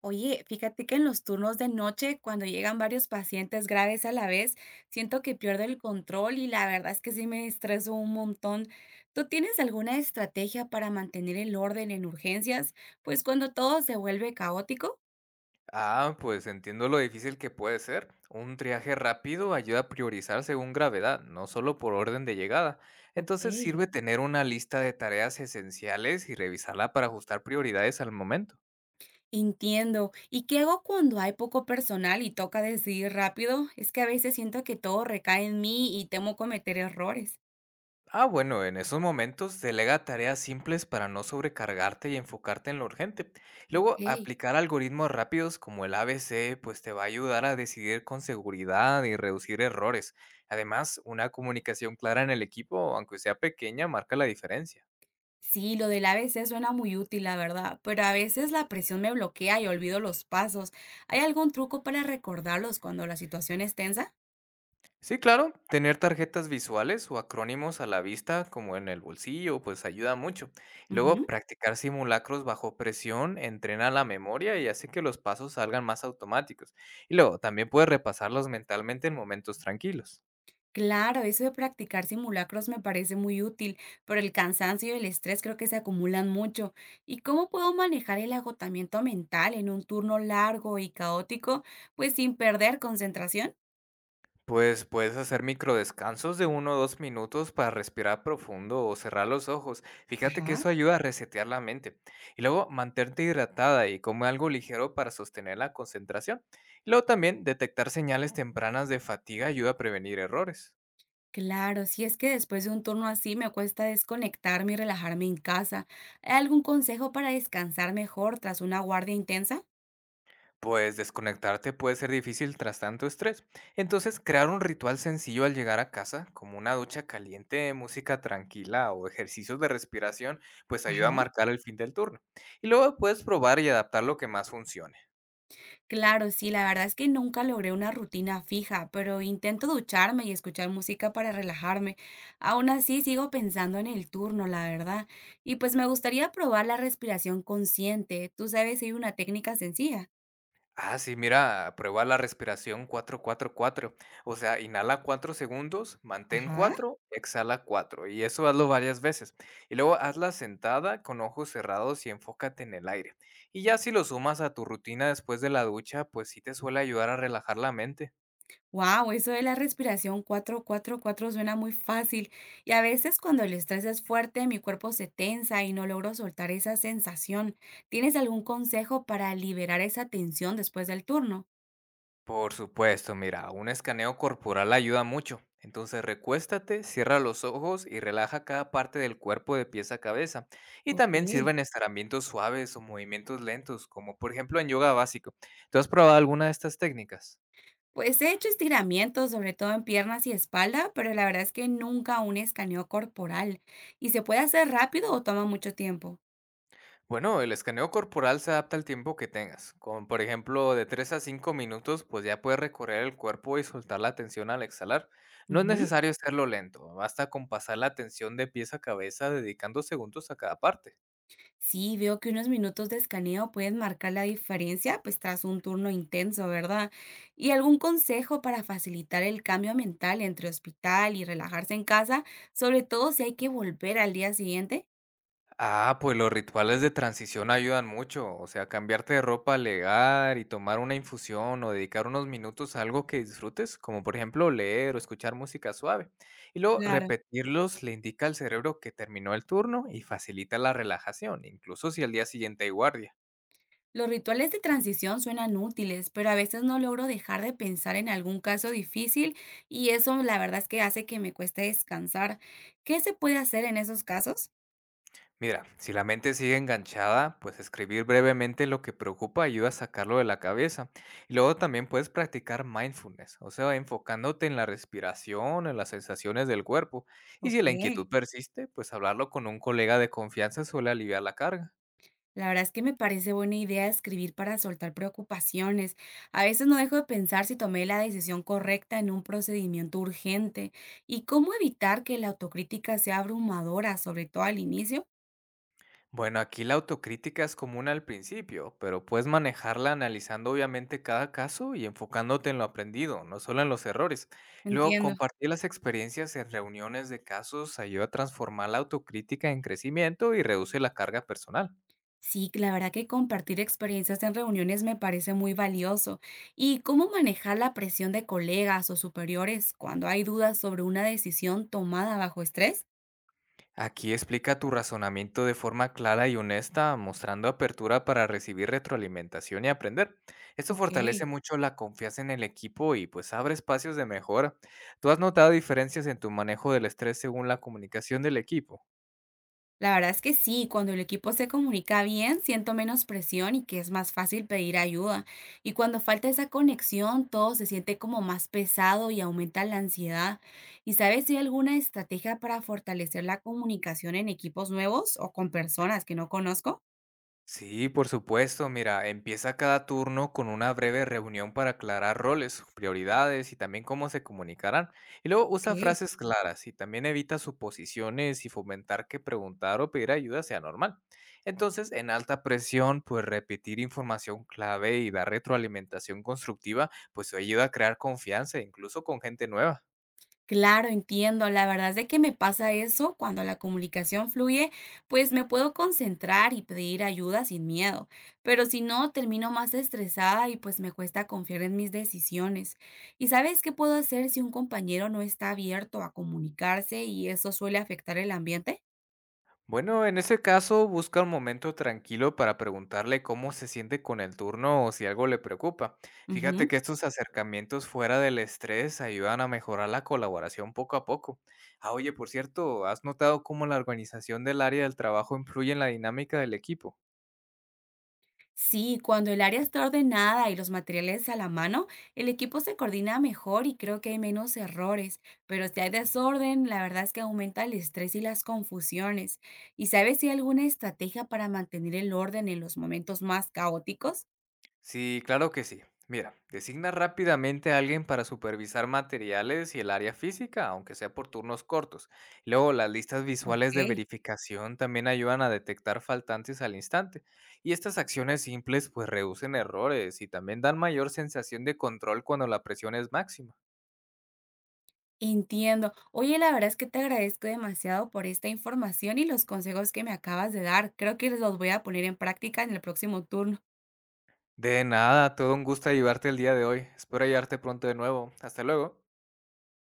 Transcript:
Oye, fíjate que en los turnos de noche, cuando llegan varios pacientes graves a la vez, siento que pierdo el control y la verdad es que sí me estreso un montón. ¿Tú tienes alguna estrategia para mantener el orden en urgencias? Pues cuando todo se vuelve caótico. Ah, pues entiendo lo difícil que puede ser. Un triaje rápido ayuda a priorizar según gravedad, no solo por orden de llegada. Ok, Entonces sirve tener una lista de tareas esenciales y revisarla para ajustar prioridades al momento. entiendo. ¿Y qué hago cuando hay poco personal y toca decidir rápido? Es que a veces siento que todo recae en mí y temo cometer errores. Ah, bueno, en esos momentos delega tareas simples para no sobrecargarte y enfocarte en lo urgente. Luego, Ok. aplicar algoritmos rápidos como el ABC, pues te va a ayudar a decidir con seguridad y reducir errores. Además, una comunicación clara en el equipo, aunque sea pequeña, marca la diferencia. Sí, lo del ABC suena muy útil, la verdad, pero a veces la presión me bloquea y olvido los pasos. ¿Hay algún truco para recordarlos cuando la situación es tensa? Sí, claro, tener tarjetas visuales o acrónimos a la vista, como en el bolsillo, pues ayuda mucho. Y luego, Ujú. practicar simulacros bajo presión entrena la memoria y hace que los pasos salgan más automáticos. Y luego, también puedes repasarlos mentalmente en momentos tranquilos. Claro, eso de practicar simulacros me parece muy útil, pero el cansancio y el estrés creo que se acumulan mucho. ¿Y cómo puedo manejar el agotamiento mental en un turno largo y caótico, pues sin perder concentración? Pues puedes hacer microdescansos de 1 o 2 minutos para respirar profundo o cerrar los ojos. Fíjate que Ajá. eso ayuda a resetear la mente. Y luego mantente hidratada y come algo ligero para sostener la concentración. Y luego también detectar señales tempranas de fatiga ayuda a prevenir errores. Claro, si es que después de un turno así me cuesta desconectarme y relajarme en casa. ¿Hay algún consejo para descansar mejor tras una guardia intensa? Pues desconectarte puede ser difícil tras tanto estrés. Entonces, crear un ritual sencillo al llegar a casa, como una ducha caliente, música tranquila o ejercicios de respiración, pues ayuda a Ajá. marcar el fin del turno. Y luego puedes probar y adaptar lo que más funcione. Claro, sí, la verdad es que nunca logré una rutina fija, pero intento ducharme y escuchar música para relajarme. Aún así, sigo pensando en el turno, la verdad. Y pues me gustaría probar la respiración consciente. Tú sabes, si hay una técnica sencilla. Ah, sí, mira, prueba la respiración 4-4-4. O sea, inhala 4 segundos, mantén Ajá. 4, exhala cuatro, y eso hazlo varias veces. Y luego hazla sentada con ojos cerrados y enfócate en el aire. Y ya si lo sumas a tu rutina después de la ducha, pues sí te suele ayudar a relajar la mente. Wow, eso de la respiración cuatro, cuatro, cuatro suena muy fácil y a veces cuando el estrés es fuerte mi cuerpo se tensa y no logro soltar esa sensación. ¿Tienes algún consejo para liberar esa tensión después del turno? Por supuesto, mira, un escaneo corporal ayuda mucho. Entonces recuéstate, cierra los ojos y relaja cada parte del cuerpo de pies a cabeza. Y Ok. también sirven estiramientos suaves o movimientos lentos, como por ejemplo en yoga básico. ¿Tú has probado alguna de estas técnicas? Pues he hecho estiramientos, sobre todo en piernas y espalda, pero la verdad es que nunca un escaneo corporal. ¿Y se puede hacer rápido o toma mucho tiempo? Bueno, el escaneo corporal se adapta al tiempo que tengas. Con, por ejemplo, de 3 a 5 minutos, pues ya puedes recorrer el cuerpo y soltar la tensión al exhalar. No es necesario hacerlo lento, basta con pasar la tensión de pies a cabeza dedicando segundos a cada parte. Sí, veo que unos minutos de escaneo pueden marcar la diferencia, pues tras un turno intenso, ¿verdad? ¿Y algún consejo para facilitar el cambio mental entre hospital y relajarse en casa, sobre todo si hay que volver al día siguiente? Ah, pues los rituales de transición ayudan mucho, o sea, cambiarte de ropa al llegar y tomar una infusión o dedicar unos minutos a algo que disfrutes, como por ejemplo leer o escuchar música suave. Y luego Claro. repetirlos le indica al cerebro que terminó el turno y facilita la relajación, incluso si al día siguiente hay guardia. Los rituales de transición suenan útiles, pero a veces no logro dejar de pensar en algún caso difícil y eso la verdad es que hace que me cueste descansar. ¿Qué se puede hacer en esos casos? Mira, si la mente sigue enganchada, pues escribir brevemente lo que preocupa ayuda a sacarlo de la cabeza. Y luego también puedes practicar mindfulness, o sea, enfocándote en la respiración, en las sensaciones del cuerpo. Y Ok. si la inquietud persiste, pues hablarlo con un colega de confianza suele aliviar la carga. La verdad es que me parece buena idea escribir para soltar preocupaciones. A veces no dejo de pensar si tomé la decisión correcta en un procedimiento urgente y cómo evitar que la autocrítica sea abrumadora, sobre todo al inicio. Bueno, aquí la autocrítica es común al principio, pero puedes manejarla analizando obviamente cada caso y enfocándote en lo aprendido, no solo en los errores. Y luego, Entiendo. compartir las experiencias en reuniones de casos ayuda a transformar la autocrítica en crecimiento y reduce la carga personal. Sí, la verdad que compartir experiencias en reuniones me parece muy valioso. ¿Y cómo manejar la presión de colegas o superiores cuando hay dudas sobre una decisión tomada bajo estrés? Aquí explica tu razonamiento de forma clara y honesta, mostrando apertura para recibir retroalimentación y aprender. Esto fortalece Ok. mucho la confianza en el equipo y pues abre espacios de mejora. ¿Tú has notado diferencias en tu manejo del estrés según la comunicación del equipo? La verdad es que sí, cuando el equipo se comunica bien, siento menos presión y que es más fácil pedir ayuda. Y cuando falta esa conexión, todo se siente como más pesado y aumenta la ansiedad. ¿Y sabes si hay alguna estrategia para fortalecer la comunicación en equipos nuevos o con personas que no conozco? Sí, por supuesto. Mira, empieza cada turno con una breve reunión para aclarar roles, prioridades y también cómo se comunicarán. Y luego usa Ok. frases claras y también evita suposiciones y fomentar que preguntar o pedir ayuda sea normal. Entonces, en alta presión, pues repetir información clave y dar retroalimentación constructiva, pues ayuda a crear confianza, incluso con gente nueva. Claro, entiendo. La verdad es de que me pasa eso cuando la comunicación fluye, pues me puedo concentrar y pedir ayuda sin miedo, pero si no, termino más estresada y pues me cuesta confiar en mis decisiones. ¿Y sabes qué puedo hacer si un compañero no está abierto a comunicarse y eso suele afectar el ambiente? Bueno, en ese caso, busca un momento tranquilo para preguntarle cómo se siente con el turno o si algo le preocupa. Fíjate Ujú. que estos acercamientos fuera del estrés ayudan a mejorar la colaboración poco a poco. Ah, oye, por cierto, ¿has notado cómo la organización del área del trabajo influye en la dinámica del equipo? Sí, cuando el área está ordenada y los materiales a la mano, el equipo se coordina mejor y creo que hay menos errores, pero si hay desorden, la verdad es que aumenta el estrés y las confusiones. ¿Y sabes si hay alguna estrategia para mantener el orden en los momentos más caóticos? Sí, claro que sí. Mira, designa rápidamente a alguien para supervisar materiales y el área física, aunque sea por turnos cortos. Luego, las listas visuales Ok, de verificación también ayudan a detectar faltantes al instante. Y estas acciones simples pues reducen errores y también dan mayor sensación de control cuando la presión es máxima. entiendo. Oye, la verdad es que te agradezco demasiado por esta información y los consejos que me acabas de dar. Creo que los voy a poner en práctica en el próximo turno. De nada, todo un gusto ayudarte el día de hoy. Espero ayudarte pronto de nuevo. Hasta luego.